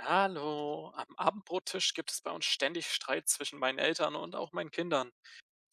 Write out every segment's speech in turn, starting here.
Hallo, am Abendbrottisch gibt es bei uns ständig Streit zwischen meinen Eltern und auch meinen Kindern.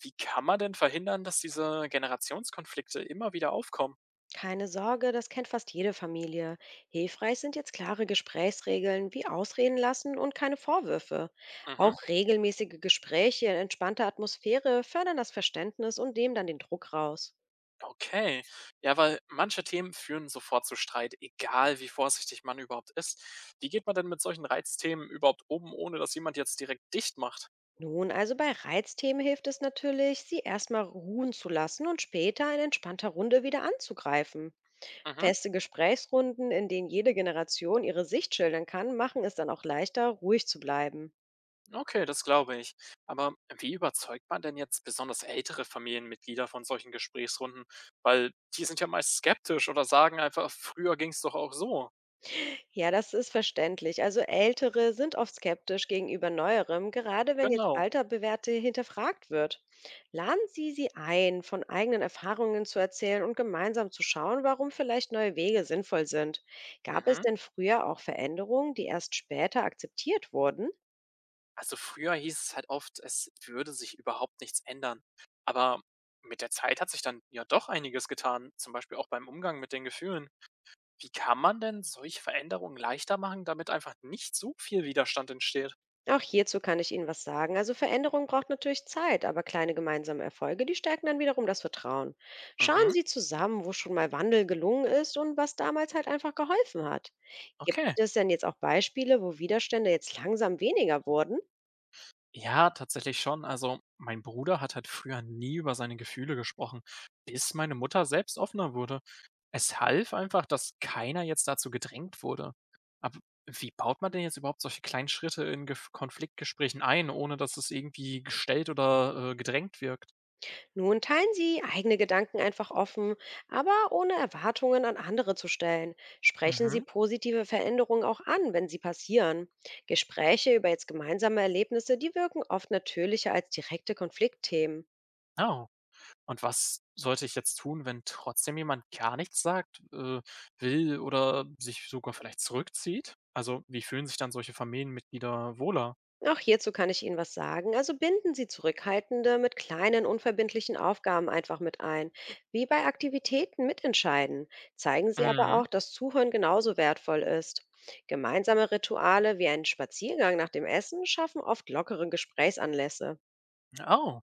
Wie kann man denn verhindern, dass diese Generationskonflikte immer wieder aufkommen? Keine Sorge, das kennt fast jede Familie. Hilfreich sind jetzt klare Gesprächsregeln wie Ausreden lassen und keine Vorwürfe. Mhm, Auch regelmäßige Gespräche in entspannter Atmosphäre fördern das Verständnis und nehmen dann den Druck raus. okay. Ja, weil manche Themen führen sofort zu Streit, egal wie vorsichtig man überhaupt ist. Wie geht man denn mit solchen Reizthemen überhaupt um, ohne dass jemand jetzt direkt dicht macht? Nun, also bei Reizthemen hilft es natürlich, sie erstmal ruhen zu lassen und später in entspannter Runde wieder anzugreifen. Mhm. Feste Gesprächsrunden, in denen jede Generation ihre Sicht schildern kann, machen es dann auch leichter, ruhig zu bleiben. Okay, das glaube ich. Aber wie überzeugt man denn jetzt besonders ältere Familienmitglieder von solchen Gesprächsrunden? Weil die sind ja meist skeptisch oder sagen einfach, früher ging es doch auch so. Ja, das ist verständlich. Also Ältere sind oft skeptisch gegenüber Neuerem, gerade wenn jetzt Genau. alter Bewährte hinterfragt wird. Laden Sie sie ein, von eigenen Erfahrungen zu erzählen und gemeinsam zu schauen, warum vielleicht neue Wege sinnvoll sind. Gab es Mhm. denn früher auch Veränderungen, die erst später akzeptiert wurden? Also früher hieß es halt oft, es würde sich überhaupt nichts ändern. Aber mit der Zeit hat sich dann ja doch einiges getan, zum Beispiel auch beim Umgang mit den Gefühlen. Wie kann man denn solche Veränderungen leichter machen, damit einfach nicht so viel Widerstand entsteht? Auch hierzu kann ich Ihnen was sagen. Also Veränderung braucht natürlich Zeit, aber kleine gemeinsame Erfolge, die stärken dann wiederum das Vertrauen. Schauen Mhm. Sie zusammen, wo schon mal Wandel gelungen ist und was damals halt einfach geholfen hat. Gibt Okay. es denn jetzt auch Beispiele, wo Widerstände jetzt langsam weniger wurden? Ja, tatsächlich schon. Also, mein Bruder hat halt früher nie über seine Gefühle gesprochen, bis meine Mutter selbst offener wurde. Es half einfach, dass keiner jetzt dazu gedrängt wurde. Aber wie baut man denn jetzt überhaupt solche kleinen Schritte in Gef Konfliktgesprächen ein, ohne dass es irgendwie gestellt oder gedrängt wirkt? Nun teilen sie eigene Gedanken einfach offen, aber ohne Erwartungen an andere zu stellen. Sprechen sie Mhm. positive Veränderungen auch an, wenn sie passieren. Gespräche über jetzt gemeinsame Erlebnisse, die wirken oft natürlicher als direkte Konfliktthemen. Oh. Und was sollte ich jetzt tun, wenn trotzdem jemand gar nichts sagt, will oder sich sogar vielleicht zurückzieht? Also, wie fühlen sich dann solche Familienmitglieder wohler? Auch hierzu kann ich Ihnen was sagen. Also binden Sie Zurückhaltende mit kleinen, unverbindlichen Aufgaben einfach mit ein, wie bei Aktivitäten mitentscheiden. Zeigen Sie aber Mhm. auch, dass Zuhören genauso wertvoll ist. Gemeinsame Rituale wie einen Spaziergang nach dem Essen schaffen oft lockere Gesprächsanlässe. Oh.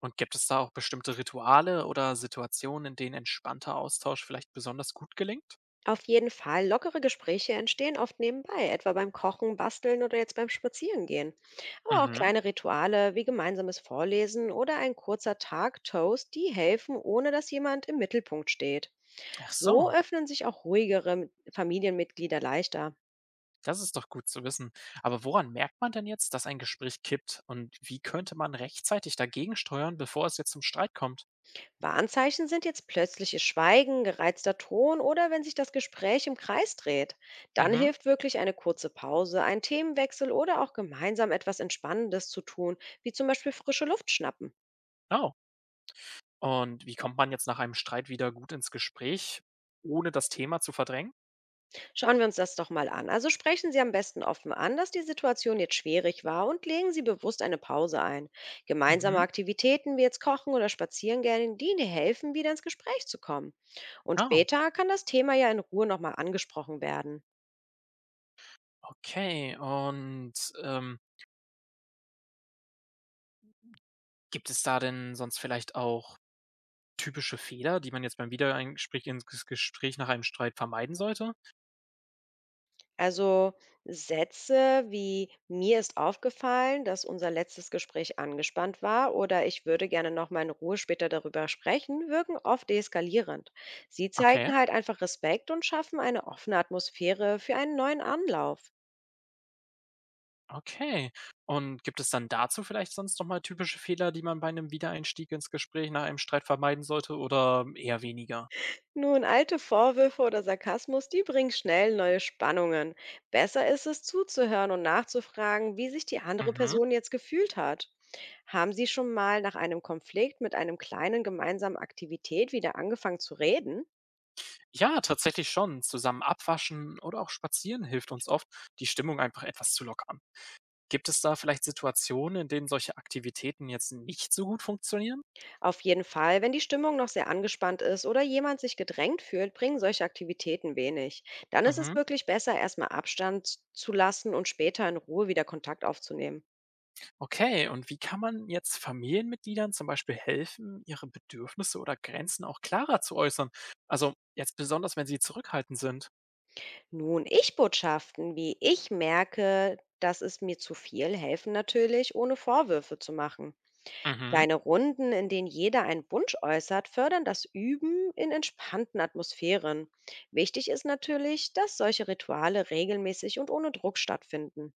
Und gibt es da auch bestimmte Rituale oder Situationen, in denen entspannter Austausch vielleicht besonders gut gelingt? Auf jeden Fall, lockere Gespräche entstehen oft nebenbei, etwa beim Kochen, Basteln oder jetzt beim Spazierengehen. Aber auch Mhm. kleine Rituale wie gemeinsames Vorlesen oder ein kurzer Tag Toast, die helfen, ohne dass jemand im Mittelpunkt steht. Ach So so, öffnen sich auch ruhigere Familienmitglieder leichter. das ist doch gut zu wissen. Aber woran merkt man denn jetzt, dass ein Gespräch kippt? Und wie könnte man rechtzeitig dagegen steuern, bevor es jetzt zum Streit kommt? Warnzeichen sind jetzt plötzliches Schweigen, gereizter Ton oder wenn sich das Gespräch im Kreis dreht. Dann Mhm. hilft wirklich eine kurze Pause, ein Themenwechsel oder auch gemeinsam etwas Entspannendes zu tun, wie zum Beispiel frische Luft schnappen. Oh. Und wie kommt man jetzt nach einem Streit wieder gut ins Gespräch, ohne das Thema zu verdrängen? Schauen wir uns das doch mal an. Also sprechen Sie am besten offen an, dass die Situation jetzt schwierig war und legen Sie bewusst eine Pause ein. Gemeinsame Mhm. Aktivitäten wie jetzt Kochen oder Spazieren gehen, die Ihnen helfen, wieder ins Gespräch zu kommen. Und Oh, später kann das Thema ja in Ruhe nochmal angesprochen werden. okay. Und ähm, gibt es da denn sonst vielleicht auch typische Fehler, die man jetzt beim Wiedereingespräch ins Ges Gespräch nach einem Streit vermeiden sollte? Also Sätze wie mir ist aufgefallen, dass unser letztes Gespräch angespannt war oder ich würde gerne noch mal in Ruhe später darüber sprechen, wirken oft deeskalierend. Sie Okay, zeigen halt einfach Respekt und schaffen eine offene Atmosphäre für einen neuen Anlauf. okay. Und gibt es dann dazu vielleicht sonst noch mal typische Fehler, die man bei einem Wiedereinstieg ins Gespräch nach einem Streit vermeiden sollte oder eher weniger? Nun, alte Vorwürfe oder Sarkasmus, die bringen schnell neue Spannungen. Besser ist es zuzuhören und nachzufragen, wie sich die andere Mhm. Person jetzt gefühlt hat. Haben Sie schon mal nach einem Konflikt mit einem kleinen gemeinsamen Aktivität wieder angefangen zu reden? Ja, tatsächlich schon. Zusammen abwaschen oder auch spazieren hilft uns oft, die Stimmung einfach etwas zu lockern. Gibt es da vielleicht Situationen, in denen solche Aktivitäten jetzt nicht so gut funktionieren? Auf jeden Fall, wenn die Stimmung noch sehr angespannt ist oder jemand sich gedrängt fühlt, bringen solche Aktivitäten wenig. Dann ist es Mhm. wirklich besser, erstmal Abstand zu lassen und später in Ruhe wieder Kontakt aufzunehmen. Okay, und wie kann man jetzt Familienmitgliedern zum Beispiel helfen, ihre Bedürfnisse oder Grenzen auch klarer zu äußern? Also jetzt besonders, wenn sie zurückhaltend sind. Nun, Ich-Botschaften, wie ich merke, dass es mir zu viel, helfen natürlich, ohne Vorwürfe zu machen. Mhm. Kleine Runden, in denen jeder einen Wunsch äußert, fördern das Üben in entspannten Atmosphären. Wichtig ist natürlich, dass solche Rituale regelmäßig und ohne Druck stattfinden.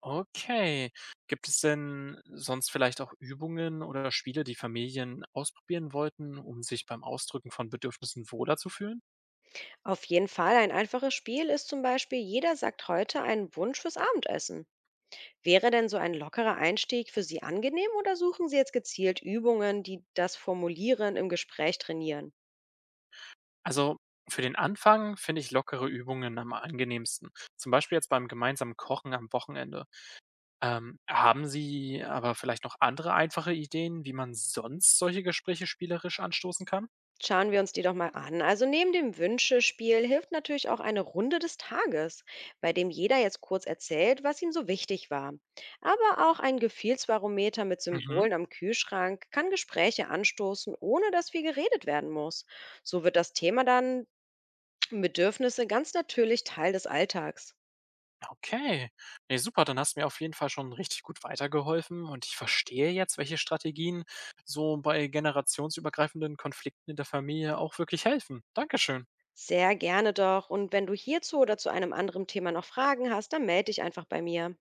Okay, gibt es denn sonst vielleicht auch Übungen oder Spiele, die Familien ausprobieren wollten, um sich beim Ausdrücken von Bedürfnissen wohler zu fühlen? Auf jeden Fall ein einfaches Spiel ist zum Beispiel, jeder sagt heute einen Wunsch fürs Abendessen. Wäre denn so ein lockerer Einstieg für Sie angenehm oder suchen Sie jetzt gezielt Übungen, die das Formulieren im Gespräch trainieren? Also für den Anfang finde ich lockere Übungen am angenehmsten. Zum Beispiel jetzt beim gemeinsamen Kochen am Wochenende. Haben Sie aber vielleicht noch andere einfache Ideen, wie man sonst solche Gespräche spielerisch anstoßen kann? Schauen wir uns die doch mal an. Also neben dem Wünschespiel hilft natürlich auch eine Runde des Tages, bei dem jeder jetzt kurz erzählt, was ihm so wichtig war. Aber auch ein Gefühlsbarometer mit Mhm. Symbolen am Kühlschrank kann Gespräche anstoßen, ohne dass viel geredet werden muss. So wird das Thema dann Bedürfnisse ganz natürlich Teil des Alltags. Okay. Nee, super, dann hast du mir auf jeden Fall schon richtig gut weitergeholfen und ich verstehe jetzt, welche Strategien so bei generationsübergreifenden Konflikten in der Familie auch wirklich helfen. Dankeschön. Sehr gerne doch. Und wenn du hierzu oder zu einem anderen Thema noch Fragen hast, dann melde dich einfach bei mir.